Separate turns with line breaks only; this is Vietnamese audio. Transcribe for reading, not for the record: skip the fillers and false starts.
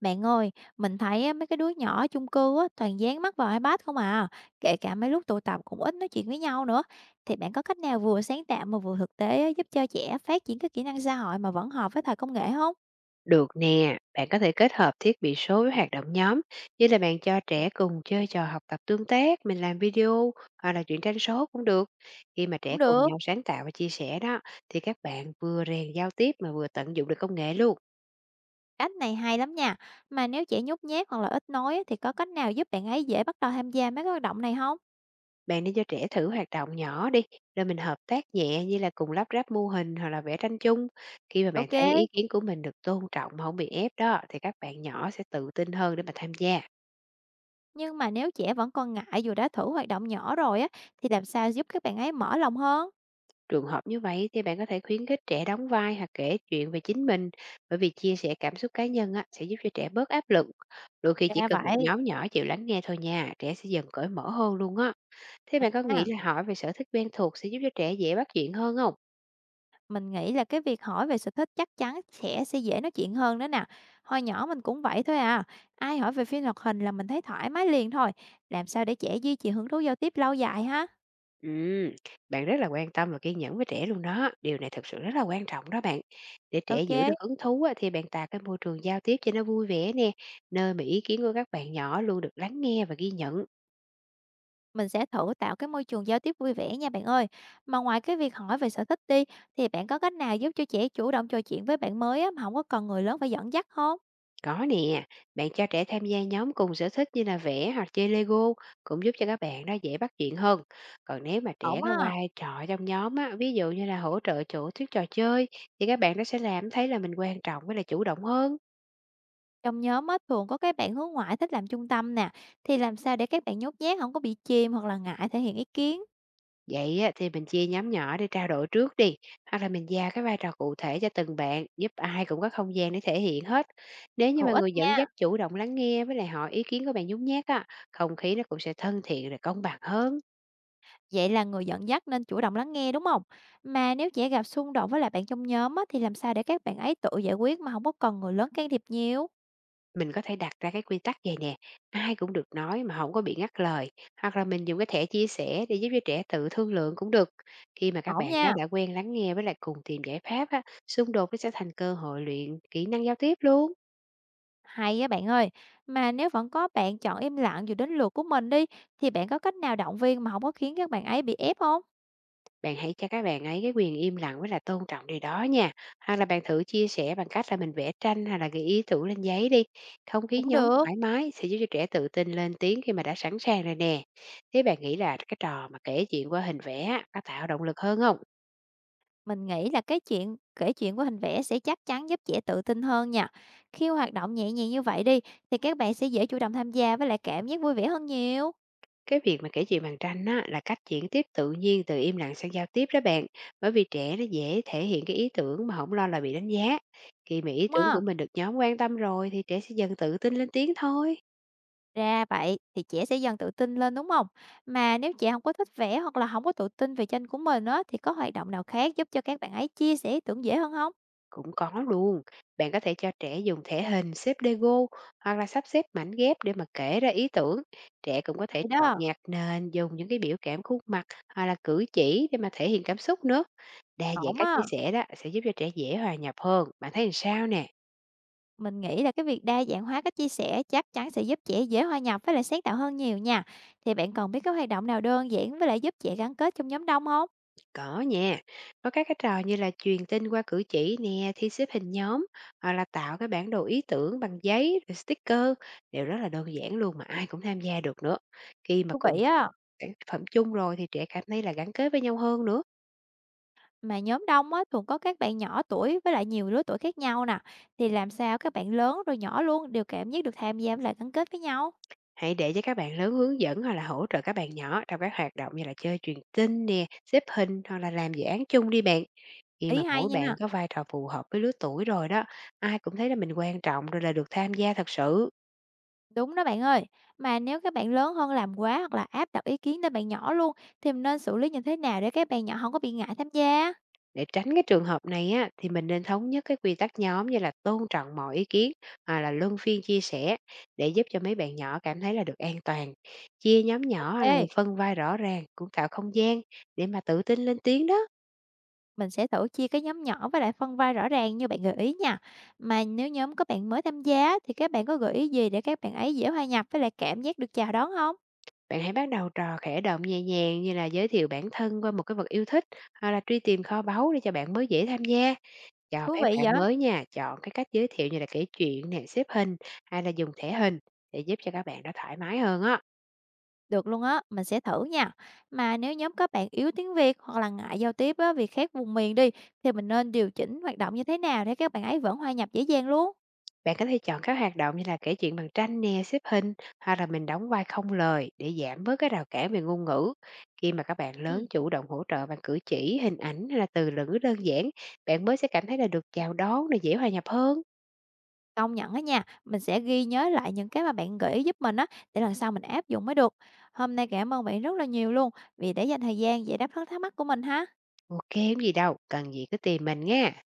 Bạn ơi, mình thấy á, mấy cái đứa nhỏ ở chung cư á, toàn dán mắt vào iPad không à, kể cả mấy lúc tụ tập cũng ít nói chuyện với nhau nữa. Thì bạn có cách nào vừa sáng tạo mà vừa thực tế á, giúp cho trẻ phát triển các kỹ năng xã hội mà vẫn hợp với thời công nghệ không?
Được nè, bạn có thể kết hợp thiết bị số với hoạt động nhóm, như là bạn cho trẻ cùng chơi trò học tập tương tác, mình làm video hoặc là truyện tranh số cũng được. Khi mà trẻ
Cũng
cùng
được,
nhau sáng tạo và chia sẻ đó, thì các bạn vừa rèn giao tiếp mà vừa tận dụng được công nghệ luôn.
cách này hay lắm nha. Mà nếu trẻ nhút nhát hoặc là ít nói á, thì có cách nào giúp bạn ấy dễ bắt đầu tham gia mấy cái hoạt động này không?
Bạn nên cho trẻ thử hoạt động nhỏ đi, rồi mình hợp tác nhẹ như là cùng lắp ráp mô hình hoặc là vẽ tranh chung. Khi mà bạn
Ok,
thấy ý kiến của mình được tôn trọng mà không bị ép đó, thì các bạn nhỏ sẽ tự tin hơn để mà tham gia.
nhưng mà nếu trẻ vẫn còn ngại dù đã thử hoạt động nhỏ rồi á, thì làm sao giúp các bạn ấy mở lòng hơn?
Trường hợp như vậy thì bạn có thể khuyến khích trẻ đóng vai hoặc kể chuyện về chính mình, bởi vì chia sẻ cảm xúc cá nhân á, sẽ giúp cho trẻ bớt áp lực. Đôi khi chỉ
Ra
cần một
vậy.
nhóm nhỏ chịu lắng nghe thôi nha, trẻ sẽ dần cởi mở hơn luôn á. Thế bạn có nghĩ
Ha.
là hỏi về sở thích quen thuộc sẽ giúp cho trẻ dễ bắt chuyện hơn không?
Mình nghĩ là cái việc hỏi về sở thích chắc chắn sẽ dễ nói chuyện hơn nữa nè. Hồi nhỏ mình cũng vậy thôi à, ai hỏi về phim hoạt hình là mình thấy thoải mái liền thôi. Làm sao để trẻ duy trì hứng thú giao tiếp lâu dài ha?
Ừ, bạn rất là quan tâm và kiên nhẫn với trẻ luôn đó. Điều này thực sự rất là quan trọng đó bạn. Để trẻ giữ
Ok,
được hứng thú á, thì bạn tạo cái môi trường giao tiếp cho nó vui vẻ nè. Nơi mà ý kiến của các bạn nhỏ luôn được lắng nghe và ghi nhận.
mình sẽ thử tạo cái môi trường giao tiếp vui vẻ nha bạn ơi. Mà ngoài cái việc hỏi về sở thích đi, thì bạn có cách nào giúp cho trẻ chủ động trò chuyện với bạn mới á, mà không có cần người lớn phải dẫn dắt không?
Có nè, bạn cho trẻ tham gia nhóm cùng sở thích như là vẽ hoặc chơi Lego cũng giúp cho các bạn đó dễ bắt chuyện hơn. Còn nếu mà trẻ
Ổn
có
á,
vai trò trong nhóm á, ví dụ như là hỗ trợ chủ thuyết trò chơi, thì các bạn nó sẽ làm thấy là mình quan trọng với là chủ động hơn.
trong nhóm á, thường có cái bạn hướng ngoại thích làm trung tâm nè, thì làm sao để các bạn nhút nhát không có bị chìm hoặc là ngại thể hiện ý kiến?
Vậy á, thì mình chia nhóm nhỏ để trao đổi trước đi, hoặc là mình giao cái vai trò cụ thể cho từng bạn, giúp ai cũng có không gian để thể hiện hết. Nếu như
Hữu
mà
ích
người dẫn
nha.
dắt chủ động lắng nghe với lại hỏi ý kiến của bạn nhút nhát á, không khí nó cũng sẽ thân thiện rồi công bằng hơn.
Vậy là người dẫn dắt nên chủ động lắng nghe, đúng không? Mà nếu trẻ gặp xung đột với lại bạn trong nhóm á, thì làm sao để các bạn ấy tự giải quyết mà không có cần người lớn can thiệp nhiều?
Mình có thể đặt ra cái quy tắc vầy nè, ai cũng được nói mà không có bị ngắt lời, hoặc là mình dùng cái thẻ chia sẻ để giúp cho trẻ tự thương lượng cũng được. Khi mà các
Ổn
bạn đó
nha,
đã quen lắng nghe với lại cùng tìm giải pháp á, xung đột nó sẽ thành cơ hội luyện kỹ năng giao tiếp luôn.
hay á bạn ơi. Mà nếu vẫn có bạn chọn im lặng dù đến lượt của mình đi, thì bạn có cách nào động viên mà không có khiến các bạn ấy bị ép không?
Bạn hãy cho các bạn ấy cái quyền im lặng với là tôn trọng điều đó nha, hoặc là bạn thử chia sẻ bằng cách là mình vẽ tranh hay là ghi ý tưởng lên giấy đi. Không khí
Cũng
nhóm
được,
thoải mái sẽ giúp cho trẻ tự tin lên tiếng khi mà đã sẵn sàng rồi nè. Thế bạn nghĩ là cái trò mà kể chuyện qua hình vẽ á, có tạo động lực hơn không?
mình nghĩ là cái chuyện kể chuyện của hình vẽ sẽ chắc chắn giúp trẻ tự tin hơn nha. Khi hoạt động nhẹ nhàng như vậy đi, thì các bạn sẽ dễ chủ động tham gia với lại cảm giác vui vẻ hơn nhiều,
Cái việc mà kể chuyện bằng tranh á, là cách chuyển tiếp tự nhiên từ im lặng sang giao tiếp đó bạn. Bởi vì trẻ nó dễ thể hiện cái ý tưởng mà không lo là bị đánh giá. Khi mà ý
đúng
tưởng của
không?
mình được nhóm quan tâm rồi thì trẻ sẽ dần tự tin lên tiếng thôi.
Ra vậy, thì trẻ sẽ dần tự tin lên, đúng không? Mà nếu trẻ không có thích vẽ hoặc là không có tự tin về tranh của mình á, thì có hoạt động nào khác giúp cho các bạn ấy chia sẻ ý tưởng dễ hơn không?
Cũng có luôn. Bạn có thể cho trẻ dùng thể hình xếp Lego hoặc là sắp xếp mảnh ghép để mà kể ra ý tưởng. Trẻ cũng có thể
Hay
chọn
đó,
nhạc nền, dùng những cái biểu cảm khuôn mặt hoặc là cử chỉ để mà thể hiện cảm xúc nữa. Đa dạng
ổn
cách
á.
chia sẻ đó sẽ giúp cho trẻ dễ hòa nhập hơn. Bạn thấy làm sao nè?
Mình nghĩ là cái việc đa dạng hóa cách chia sẻ chắc chắn sẽ giúp trẻ dễ hòa nhập với lại sáng tạo hơn nhiều nha. Thì bạn còn biết cái hoạt động nào đơn giản với lại giúp trẻ gắn kết trong nhóm đông không?
Có nha, có các cái trò như là truyền tin qua cử chỉ nè, thi xếp hình nhóm hoặc là tạo cái bản đồ ý tưởng bằng giấy, rồi sticker đều rất là đơn giản luôn mà ai cũng tham gia được nữa. Khi mà
Thú
cùng
vị á,
sản phẩm chung rồi thì trẻ cảm thấy là gắn kết với nhau hơn nữa.
mà nhóm đông á, thường có các bạn nhỏ tuổi với lại nhiều lứa tuổi khác nhau nè, thì làm sao các bạn lớn rồi nhỏ luôn đều cảm giác được tham gia với lại gắn kết với nhau?
Hãy để cho các bạn lớn hướng dẫn hoặc là hỗ trợ các bạn nhỏ trong các hoạt động như là chơi truyền tin nè, xếp hình hoặc là làm dự án chung đi bạn. Khi
Ý
mà
hay
mỗi
nha.
bạn có vai trò phù hợp với lứa tuổi rồi đó, ai cũng thấy là mình quan trọng rồi là được tham gia thật sự.
Đúng đó bạn ơi, mà nếu các bạn lớn hơn làm quá hoặc là áp đặt ý kiến tới bạn nhỏ luôn thì mình nên xử lý như thế nào để các bạn nhỏ không có bị ngại tham gia?
Để tránh cái trường hợp này á, thì mình nên thống nhất cái quy tắc nhóm như là tôn trọng mọi ý kiến hoặc là luân phiên chia sẻ để giúp cho mấy bạn nhỏ cảm thấy là được an toàn. Chia nhóm nhỏ hoặc là
Ok,
phân vai rõ ràng cũng tạo không gian để mà tự tin lên tiếng đó.
mình sẽ thử chia cái nhóm nhỏ với lại phân vai rõ ràng như bạn gợi ý nha. Mà nếu nhóm các bạn mới tham gia thì các bạn có gợi ý gì để các bạn ấy dễ hòa nhập với lại cảm giác được chào đón không?
Bạn hãy bắt đầu trò khẽ động nhẹ nhàng như là giới thiệu bản thân qua một cái vật yêu thích hoặc là truy tìm kho báu để cho bạn mới dễ tham gia. Cho
Thú
phép
vị
bạn
vậy?
mới nha, chọn cái cách giới thiệu như là kể chuyện nè, xếp hình hay là dùng thẻ hình để giúp cho các bạn đó thoải mái hơn á.
Được luôn á, mình sẽ thử nha. Mà nếu nhóm các bạn yếu tiếng Việt hoặc là ngại giao tiếp á, vì khác vùng miền đi thì mình nên điều chỉnh hoạt động như thế nào để các bạn ấy vẫn hòa nhập dễ dàng luôn?
Bạn có thể chọn các hoạt động như là kể chuyện bằng tranh nè, xếp hình hoặc là mình đóng vai không lời để giảm bớt cái rào cản về ngôn ngữ. Khi mà các bạn
Ừ.
lớn chủ động hỗ trợ bằng cử chỉ, hình ảnh hay là từ ngữ đơn giản, bạn mới sẽ cảm thấy là được chào đón, là dễ hòa nhập hơn.
Công nhận á nha, mình sẽ ghi nhớ lại những cái mà bạn gợi ý giúp mình á, để lần sau mình áp dụng mới được. Hôm nay cảm ơn bạn rất là nhiều luôn, vì đã dành thời gian giải đáp hết thắc mắc của mình ha.
Ok, không gì đâu, cần gì cứ tìm mình nha.